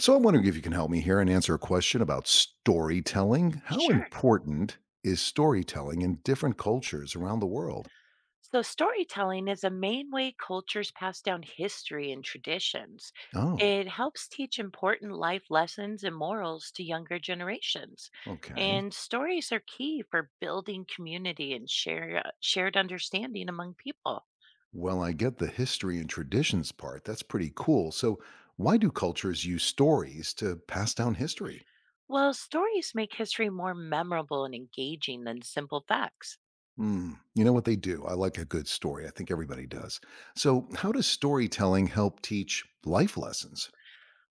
So I'm wondering if you can help me here and answer a question about storytelling. How Sure. important is storytelling in different cultures around the world? So, storytelling is a main way cultures pass down history and traditions. Oh, It helps teach important life lessons and morals to younger generations. okay. And stories are key for building community and shared understanding among people. Well, I get the history and traditions part. That's pretty cool. So, why do cultures use stories to pass down history? Well, stories make history more memorable and engaging than simple facts. Hmm. You know what they do? I like a good story. I think everybody does. So, how does storytelling help teach life lessons?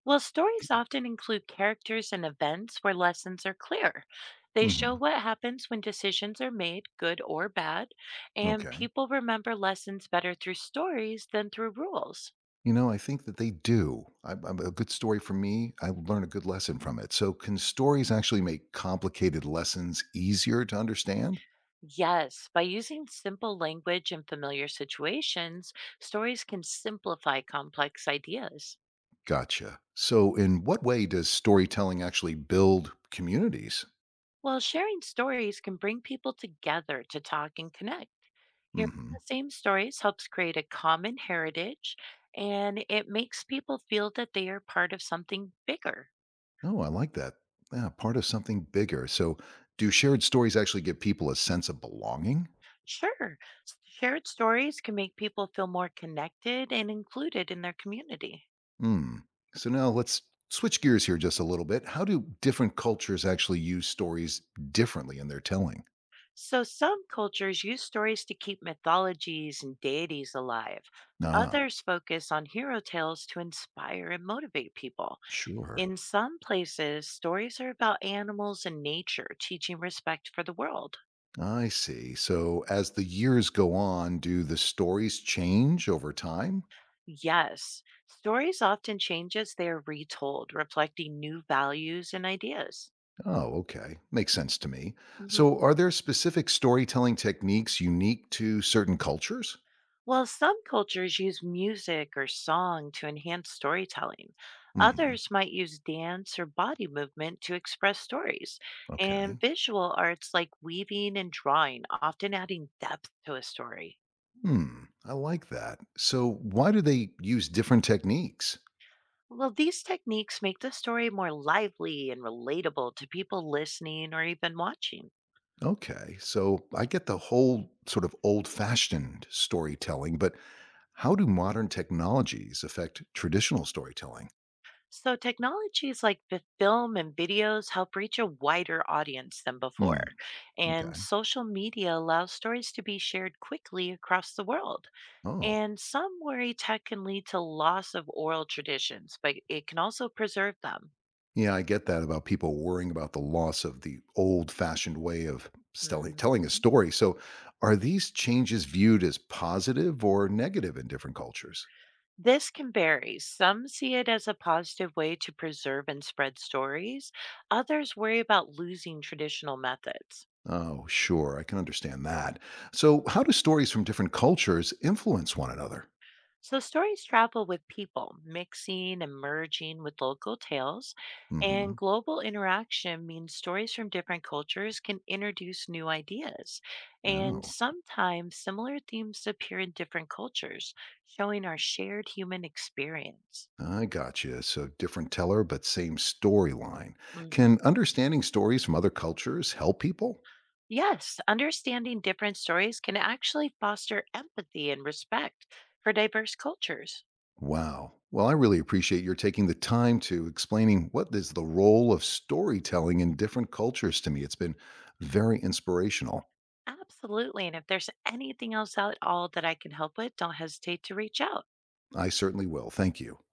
Well, stories often include characters and events where lessons are clear. They show hmm what happens when decisions are made, good or bad, and Okay. people remember lessons better through stories than through rules. You know, I think that they do. I'm a good story for me. I learn a good lesson from it. So, can stories actually make complicated lessons easier to understand? Yes, by using simple language and familiar situations, stories can simplify complex ideas. Gotcha. So, in what way does storytelling actually build communities? While sharing stories can bring people together to talk and connect. Hearing Mm-hmm. the same stories helps create a common heritage, and it makes people feel that they are part of something bigger. Oh, I like that. Yeah, part of something bigger. So, do shared stories actually give people a sense of belonging? Sure, shared stories can make people feel more connected and included in their community. Hmm. So, now let's switch gears here just a little bit. How do different cultures actually use stories differently in their telling? So, some cultures use stories to keep mythologies and deities alive. Ah, Others focus on hero tales to inspire and motivate people. sure. In some places, stories are about animals and nature, teaching respect for the world. I see. So as the years go on, do the stories change over time? Yes, stories often change as they are retold, reflecting new values and ideas. Oh, okay. Makes sense to me. Hmm. So are there specific storytelling techniques unique to certain cultures? While some cultures use music or song to enhance storytelling, hmm others might use dance or body movement to express stories. And Okay. visual arts like weaving and drawing often adding depth to a story. Hmm. I like that. So why do they use different techniques? Well, these techniques make the story more lively and relatable to people listening or even watching. Okay. So I get the whole sort of old fashioned storytelling, but how do modern technologies affect traditional storytelling? So, technologies like film and videos help reach a wider audience than before. Hmm. And Okay. social media allows stories to be shared quickly across the world. Oh. And some worry tech can lead to loss of oral traditions, but it can also preserve them. Yeah, I get that about people worrying about the loss of the old-fashioned way of telling Mhm. telling a story. So, are these changes viewed as positive or negative in different cultures? This can vary. Some see it as a positive way to preserve and spread stories, others worry about losing traditional methods. Oh, sure, I can understand that. So, how do stories from different cultures influence one another? So stories travel with people, mixing and merging with local tales, and hmm global interaction means stories from different cultures can introduce new ideas. And Oh, sometimes similar themes appear in different cultures, showing our shared human experience. I gotcha. So, different teller but same storyline. Mhm. Can understanding stories from other cultures help people? Yes, understanding different stories can actually foster empathy and respect for diverse cultures. Wow. Well, I really appreciate your taking the time to explaining what is the role of storytelling in different cultures to me. It's been very inspirational. Absolutely. And if there's anything else at all that I can help with, don't hesitate to reach out. I certainly will. Thank you.